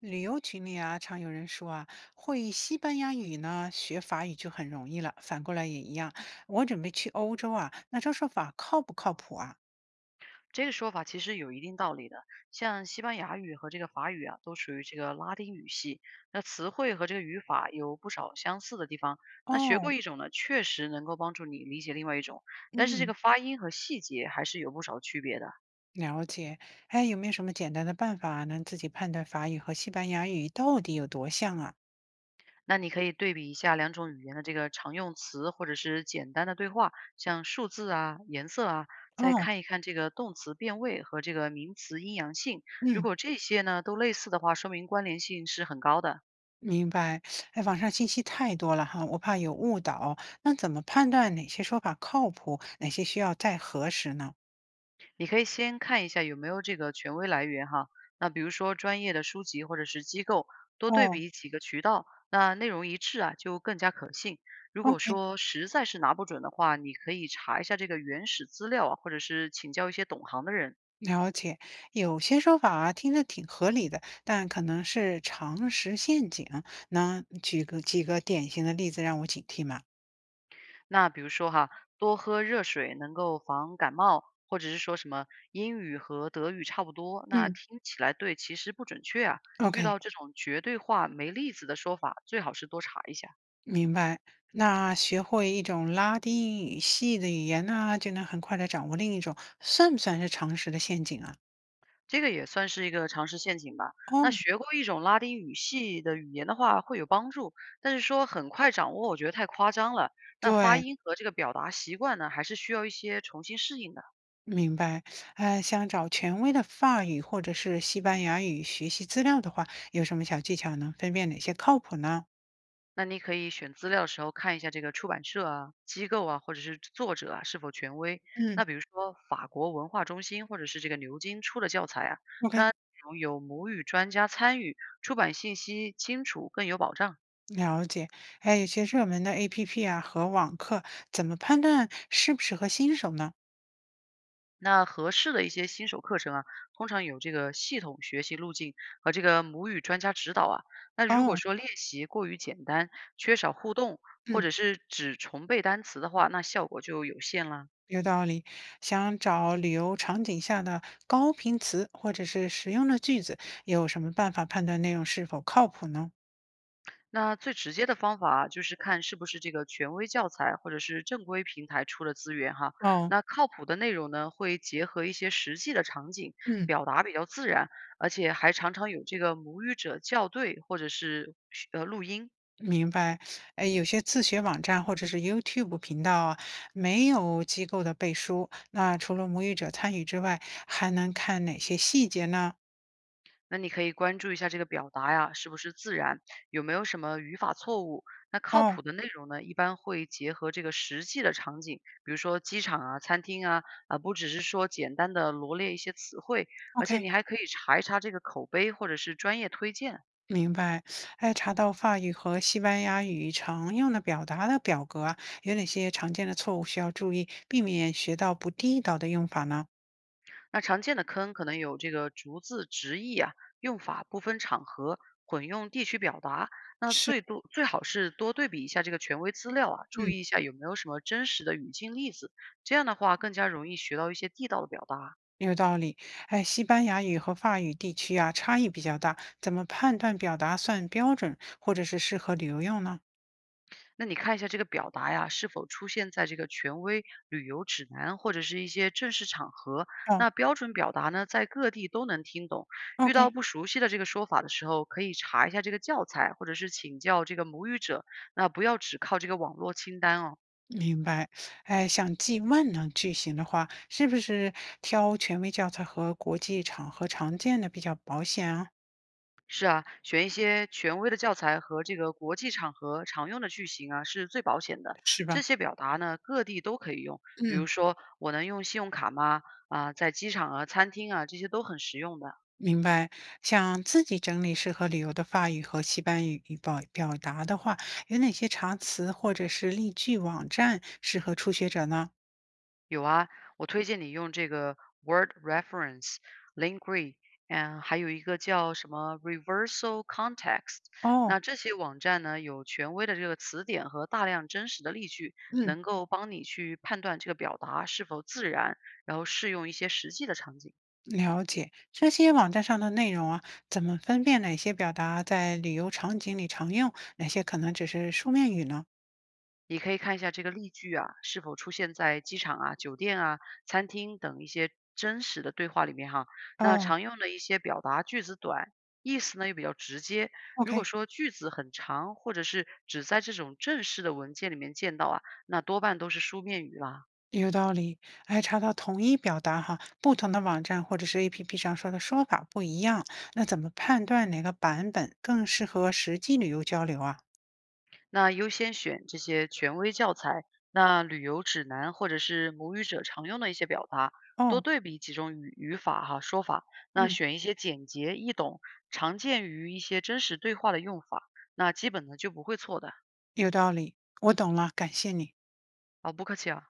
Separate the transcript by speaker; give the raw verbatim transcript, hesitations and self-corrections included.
Speaker 1: 旅游群里啊，常有人说啊，会西班牙语呢，学法语就很容易了。反过来也一样。我准备去欧洲啊，那这说法靠不靠谱啊？
Speaker 2: 这个说法其实有一定道理的，像西班牙语和这个法语啊，都属于这个拉丁语系，那词汇和这个语法有不少相似的地方。那学过
Speaker 1: 哦，
Speaker 2: 一种呢，确实能够帮助你理解另外一种，但是这
Speaker 1: 嗯，
Speaker 2: 个发音和细节还是有不少区别的。
Speaker 1: 了解。哎，有没有什么简单的办法能自己判断法语和西班牙语到底有多像啊？
Speaker 2: 那你可以对比一下两种语言的这个常用词或者是简单的对话，像数字啊、颜色啊，再
Speaker 1: 哦，
Speaker 2: 看一看这个动词变位和这个名词阴阳性。如
Speaker 1: 嗯，
Speaker 2: 果这些呢都类似的话，说明关联性是很高的。
Speaker 1: 明白。哎，网上信息太多了哈，我怕有误导。那怎么判断哪些说法靠谱，哪些需要再核实呢？
Speaker 2: 你可以先看一下有没有这个权威来源哈，那比如说专业的书籍或者是机构，多对
Speaker 1: 哦
Speaker 2: 比几个渠道，那内容一致啊，就更加可信。如果
Speaker 1: ，OK。
Speaker 2: 说实在是拿不准的话，你可以查一下这个原始资料啊，或者是请教一些懂行的人。
Speaker 1: 了解，有些说法啊听着挺合理的，但可能是常识陷阱。能举个几个典型的例子让我警惕吗？
Speaker 2: 那比如说哈，多喝热水能够防感冒，或者是说什么英语和德语差不多，那
Speaker 1: 嗯，
Speaker 2: 听起来对，其实不准确啊。遇
Speaker 1: ？OK，
Speaker 2: 到这种绝对化没例子的说法，最好是多查一下。
Speaker 1: 明白。那学会一种拉丁语系的语言呢，就能很快的掌握另一种，算不算是常识的陷阱啊？
Speaker 2: 这个也算是一个常识陷阱吧。
Speaker 1: 哦，
Speaker 2: 那学过一种拉丁语系的语言的话会有帮助，但是说很快掌握，我觉得太夸张了。那发
Speaker 1: 对，
Speaker 2: 音和这个表达习惯呢，还是需要一些重新适应的。
Speaker 1: 明白。呃，想找权威的法语或者是西班牙语学习资料的话，有什么小技巧能分辨哪些靠谱呢？
Speaker 2: 那你可以选资料的时候看一下这个出版社啊、机构啊，或者是作者啊是否权威。
Speaker 1: 嗯，
Speaker 2: 那比如说法国文化中心或者是这个牛津出的教材啊，那
Speaker 1: ？OK。
Speaker 2: 内容有母语专家参与，出版信息清楚更有保障。
Speaker 1: 了解，哎，有些热门的 A P P 啊和网课，怎么判断适不适合新手呢？
Speaker 2: 那合适的一些新手课程啊，通常有这个系统学习路径和这个母语专家指导啊。那如果
Speaker 1: 哦，
Speaker 2: 说练习过于简单，缺少互动，或
Speaker 1: 嗯，
Speaker 2: 者是只重背单词的话，那效果就有限啦。
Speaker 1: 有道理。想找旅游场景下的高频词或者是实用的句子，有什么办法判断内容是否靠谱呢？
Speaker 2: 那最直接的方法啊就是看是不是这个权威教材或者是正规平台出的资源哈。
Speaker 1: 哦，
Speaker 2: 那靠谱的内容呢，会结合一些实际的场景，
Speaker 1: 嗯，
Speaker 2: 表达比较自然，而且还常常有这个母语者校对或者是呃录音。
Speaker 1: 明白。哎，有些自学网站或者是 YouTube 频道啊，没有机构的背书，那除了母语者参与之外，还能看哪些细节呢？
Speaker 2: 那你可以关注一下这个表达呀，是不是自然，有没有什么语法错误。那靠
Speaker 1: 哦
Speaker 2: 谱的内容呢，一般会结合这个实际的场景，比如说机场啊、餐厅啊，啊，不只是说简单的罗列一些词汇，而且
Speaker 1: ，OK。
Speaker 2: 你还可以查一查这个口碑或者是专业推荐。
Speaker 1: 明白，哎，查到法语和西班牙语常用的表达的表格啊有哪些常见的错误需要注意，避免学到不地道的用法呢？
Speaker 2: 那常见的坑可能有这个逐字直译啊，用法不分场合，混用地区表达。那
Speaker 1: 是，
Speaker 2: 最多最好是多对比一下这个权威资料啊，注
Speaker 1: 嗯，
Speaker 2: 意一下有没有什么真实的语境例子，这样的话更加容易学到一些地道的表达。
Speaker 1: 有道理。哎，西班牙语和法语地区啊，差异比较大，怎么判断表达算标准，或者是适合旅游用呢？
Speaker 2: 那你看一下这个表达呀，是否出现在这个权威旅游指南或者是一些正式场合？
Speaker 1: 哦
Speaker 2: 那标准表达呢，在各地都能听懂。遇到
Speaker 1: ，OK，
Speaker 2: 不熟悉的这个说法的时候，可以查一下这个教材，或者是请教这个母语者。那不要只靠这个网络清单哦。
Speaker 1: 明白。哎，想记万能句型的话，是不是挑权威教材和国际场合常见的比较保险啊？
Speaker 2: 是啊，选一些权威的教材和这个国际场合常用的句型啊，是最保险的。
Speaker 1: 是
Speaker 2: 这
Speaker 1: 吧？
Speaker 2: 些表达呢，各地都可以用。比
Speaker 1: 嗯。
Speaker 2: 如说，我能用信用卡吗？啊，在机场啊、餐厅啊，这些都很实用的。
Speaker 1: 明白，想自己整理适合旅游的法语和西班语语表表达的话，有哪些查词或者是例句网站适合初学者呢？
Speaker 2: 有啊，我推荐你用这个 Word Reference、Linkree，嗯，还有一个叫什么 Reversal Context。
Speaker 1: 哦，
Speaker 2: 那这些网站呢，有权威的这个词典和大量真实的例句，
Speaker 1: 嗯，
Speaker 2: 能够帮你去判断这个表达是否自然，然后适用一些实际的场景。
Speaker 1: 了解。这些网站上的内容啊，怎么分辨哪些表达在旅游场景里常用，哪些可能只是书面语呢？
Speaker 2: 你可以看一下这个例句啊，是否出现在机场啊、酒店啊、餐厅等一些真实的对话里面哈。那
Speaker 1: 哦
Speaker 2: 常用的一些表达句子短，意思呢又比较直接。如果
Speaker 1: ，OK。
Speaker 2: 说句子很长，或者是只在这种正式的文件里面见到啊，那多半都是书面语啦。
Speaker 1: 有道理，哎，查到同一表达哈，不同的网站或者是 A P P 上说的说法不一样，那怎么判断哪个版本更适合实际旅游交流啊？
Speaker 2: 那优先选这些权威教材，那旅游指南或者是母语者常用的一些表达，多
Speaker 1: 哦，
Speaker 2: 对比几种语语法哈、说法，那
Speaker 1: 嗯，
Speaker 2: 选一些简洁易懂、常见于一些真实对话的用法，那基本呢就不会错的。
Speaker 1: 有道理，我懂了，感谢你。
Speaker 2: 好，不客气啊。